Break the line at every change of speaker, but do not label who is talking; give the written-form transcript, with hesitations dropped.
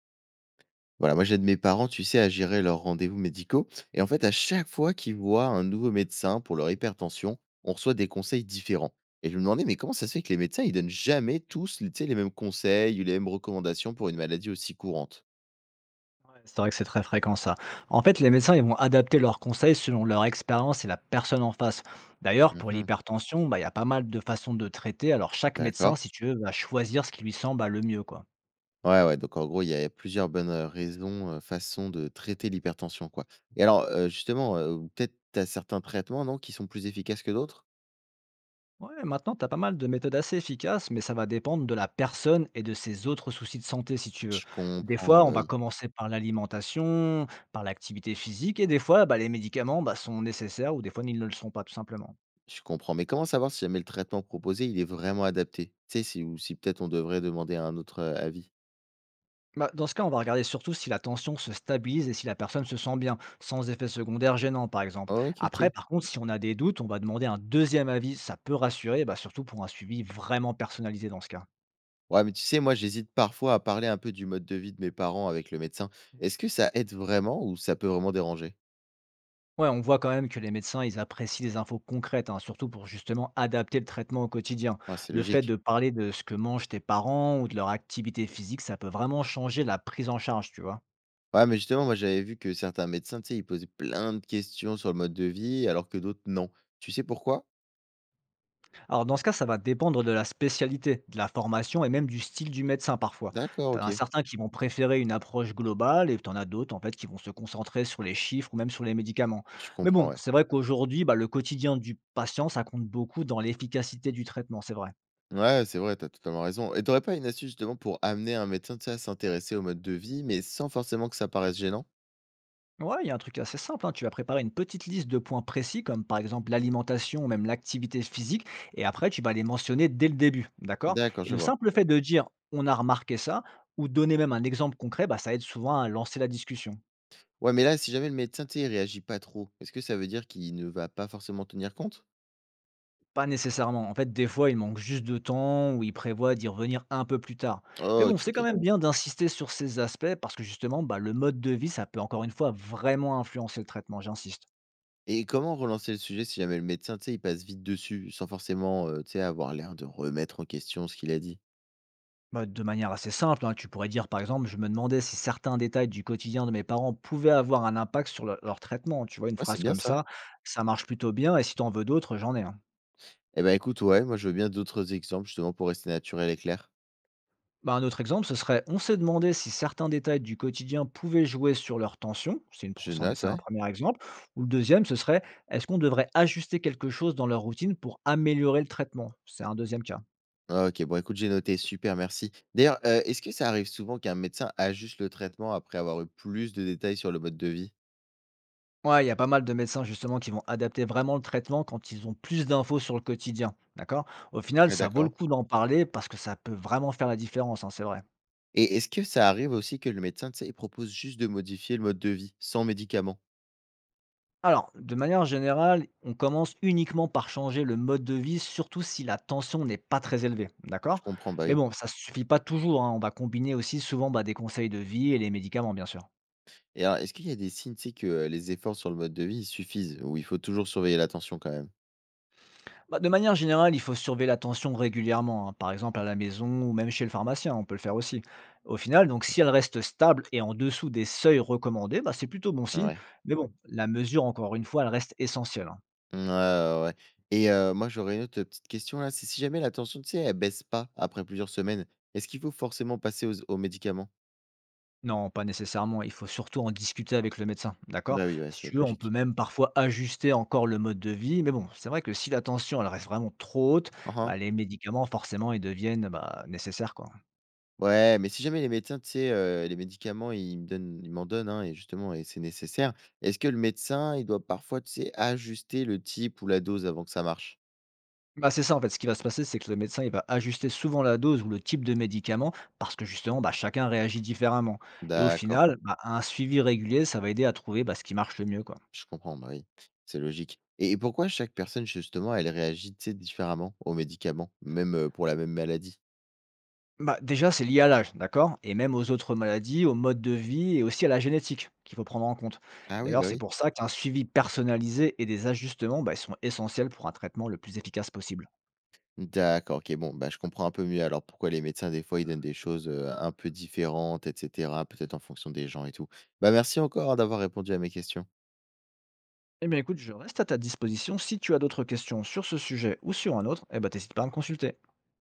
Voilà, moi j'aide mes parents, tu sais, à gérer leurs rendez-vous médicaux. Et en fait, à chaque fois qu'ils voient un nouveau médecin pour leur hypertension, on reçoit des conseils différents. Et je me demandais, mais comment ça se fait que les médecins, ils donnent jamais tous tu sais, les mêmes conseils ou les mêmes recommandations pour une maladie aussi courante?
C'est vrai que c'est très fréquent ça. En fait, les médecins ils vont adapter leurs conseils selon leur expérience et la personne en face. D'ailleurs, pour
Mhm.
l'hypertension, bah, il y a pas mal de façons de traiter. Alors, chaque médecin,
D'accord.
si tu veux, va choisir ce qui lui semble bah, le mieux. Quoi.
Ouais, ouais, donc en gros, il y a plusieurs bonnes raisons, façons de traiter l'hypertension, quoi. Et alors, justement, peut-être tu as certains traitements, non, qui sont plus efficaces que d'autres?
Ouais, maintenant, tu as pas mal de méthodes assez efficaces, mais ça va dépendre de la personne et de ses autres soucis de santé, si tu veux.
Je
Des
comprends,
fois, on
bah
va
oui.
commencer par l'alimentation, par l'activité physique, et des fois, bah, les médicaments bah, sont nécessaires ou des fois, ils ne le sont pas, tout simplement.
Je comprends, mais comment savoir si jamais le traitement proposé, il est vraiment adapté? Tu sais, si ou si peut-être on devrait demander un autre, avis?
Bah, dans ce cas, on va regarder surtout si la tension se stabilise et si la personne se sent bien, sans effet secondaire gênant, par exemple.
OK,
Après,
OK.
par contre, si on a des doutes, on va demander un deuxième avis. Ça peut rassurer, bah, surtout pour un suivi vraiment personnalisé dans ce cas.
Ouais, mais tu sais, moi, j'hésite parfois à parler un peu du mode de vie de mes parents avec le médecin. Est-ce que ça aide vraiment ou ça peut vraiment déranger?
Ouais, on voit quand même que les médecins, ils apprécient les infos concrètes, hein, surtout pour justement adapter le traitement au quotidien.
Ouais, c'est
Le fait de
logique.
parler de ce que mangent tes parents ou de leur activité physique, ça peut vraiment changer la prise en charge, tu vois.
Ouais, mais justement, moi, j'avais vu que certains médecins, tu sais, ils posaient plein de questions sur le mode de vie alors que d'autres, non. Tu sais pourquoi?
Alors dans ce cas, ça va dépendre de la spécialité, de la formation et même du style du médecin parfois.
D'accord,
Tu as
OK.
certains qui vont préférer une approche globale et tu en as d'autres en fait qui vont se concentrer sur les chiffres ou même sur les médicaments.
Je
Mais
comprends,
bon,
ouais.
c'est vrai qu'aujourd'hui, bah, le quotidien du patient, ça compte beaucoup dans l'efficacité du traitement, c'est vrai.
Ouais, c'est vrai, t'as totalement raison et t'aurais pas une astuce justement pour amener un médecin, tu sais, à s'intéresser au mode de vie, mais sans forcément que ça paraisse gênant?
Ouais, il y a un truc assez simple, hein. Tu vas préparer une petite liste de points précis, comme par exemple l'alimentation ou même l'activité physique, et après tu vas les mentionner dès le début, d'accord?
D'accord,
Et
je
le
vois.
simple fait de dire on a remarqué ça, ou donner même un exemple concret, bah, ça aide souvent à lancer la discussion.
Ouais, mais là, si jamais le médecin, tu sais, il réagit pas trop, est-ce que ça veut dire qu'il ne va pas forcément tenir compte?
Pas nécessairement. En fait, des fois, il manque juste de temps ou il prévoit d'y revenir un peu plus tard. Mais
Oh,
bon,
OK,
c'est quand
OK.
même bien d'insister sur ces aspects parce que justement, bah, le mode de vie, ça peut encore une fois vraiment influencer le traitement, j'insiste.
Et comment relancer le sujet si jamais le médecin, tu sais, il passe vite dessus, sans forcément, tu sais, avoir l'air de remettre en question ce qu'il a dit?
Bah, de manière assez simple, hein, tu pourrais dire par exemple, je me demandais si certains détails du quotidien de mes parents pouvaient avoir un impact sur leur traitement. Tu vois, une
Ouais, c'est
phrase
bien
comme
ça.
ça marche plutôt bien et si t'en veux d'autres, j'en ai un.
Eh ben, écoute, ouais, moi, je veux bien d'autres exemples justement pour rester naturel et clair.
Bah, un autre exemple, ce serait, on s'est demandé si certains détails du quotidien pouvaient jouer sur leur tension. C'est une pro-
Je
c'en est-
note,
C'est un
ouais.
premier exemple. Ou le deuxième, ce serait, est-ce qu'on devrait ajuster quelque chose dans leur routine pour améliorer le traitement? C'est un deuxième cas.
Ah, OK, bon, écoute, j'ai noté, super, merci. D'ailleurs, est-ce que ça arrive souvent qu'un médecin ajuste le traitement après avoir eu plus de détails sur le mode de vie?
Ouais, il y a pas mal de médecins justement qui vont adapter vraiment le traitement quand ils ont plus d'infos sur le quotidien, d'accord? Au final,
Ah
ça vaut le
d'accord.
coup d'en parler parce que ça peut vraiment faire la différence, hein, c'est vrai.
Et est-ce que ça arrive aussi que le médecin, tu sais, il propose juste de modifier le mode de vie sans médicaments?
Alors, de manière générale, on commence uniquement par changer le mode de vie, surtout si la tension n'est pas très élevée, d'accord?
Je comprends, bah,
Mais
oui.
bon, ça suffit pas toujours, hein, on va combiner aussi souvent bah, des conseils de vie et les médicaments, bien sûr.
Et alors, est-ce qu'il y a des signes, tu sais, que les efforts sur le mode de vie, ils suffisent ou il faut toujours surveiller la tension quand même?
Bah, de manière générale, il faut surveiller la tension régulièrement, hein, par exemple à la maison ou même chez le pharmacien, on peut le faire aussi. Au final, donc si elle reste stable et en dessous des seuils recommandés, bah, c'est plutôt bon signe.
Ouais.
Mais bon, la mesure, encore une fois, elle reste essentielle. Hein.
Ouais, ouais, ouais. Et moi, j'aurais une autre, petite question là, c'est si jamais la tension, tu sais, elle baisse pas après plusieurs semaines, est-ce qu'il faut forcément passer aux médicaments?
Non, pas nécessairement. Il faut surtout en discuter avec le médecin, d'accord.
Bah, oui, ouais,
Si
c'est
tu veux, on peut
logique.
même parfois ajuster encore le mode de vie. Mais bon, c'est vrai que si la tension, elle reste vraiment trop haute,
Mmh.
bah, les médicaments, forcément, ils deviennent bah, nécessaires, quoi.
Ouais, mais si jamais les médecins, tu sais, les médicaments, ils m'en donnent, hein et justement et c'est nécessaire. Est-ce que le médecin, il doit parfois, tu sais, ajuster le type ou la dose avant que ça marche?
Bah, c'est ça en fait, ce qui va se passer, c'est que le médecin, il va ajuster souvent la dose ou le type de médicament parce que justement, bah, chacun réagit différemment. Et au
D'accord,
final, bah, un suivi régulier, ça va aider à trouver bah, ce qui marche le mieux, quoi.
je comprends, bah, oui, c'est logique et pourquoi chaque personne, justement, elle réagit, tu sais, différemment aux médicaments, même, pour la même maladie?
Bah, déjà, c'est lié à l'âge, d'accord? Et même aux autres maladies, au mode de vie et aussi à la génétique qu'il faut prendre en compte.
Ah oui,
D'ailleurs,
bah,
c'est
oui.
pour ça qu'un suivi personnalisé et des ajustements, bah, ils sont essentiels pour un traitement le plus efficace possible.
D'accord, OK, bon, bah, je comprends un peu mieux alors pourquoi les médecins, des fois, ils donnent des choses, un peu différentes et cetera, peut-être en fonction des gens et tout. Bah, merci encore, hein, d'avoir répondu à mes questions.
Eh bien écoute, je reste à ta disposition. Si tu as d'autres questions sur ce sujet ou sur un autre, eh ben, t'hésites pas à me consulter.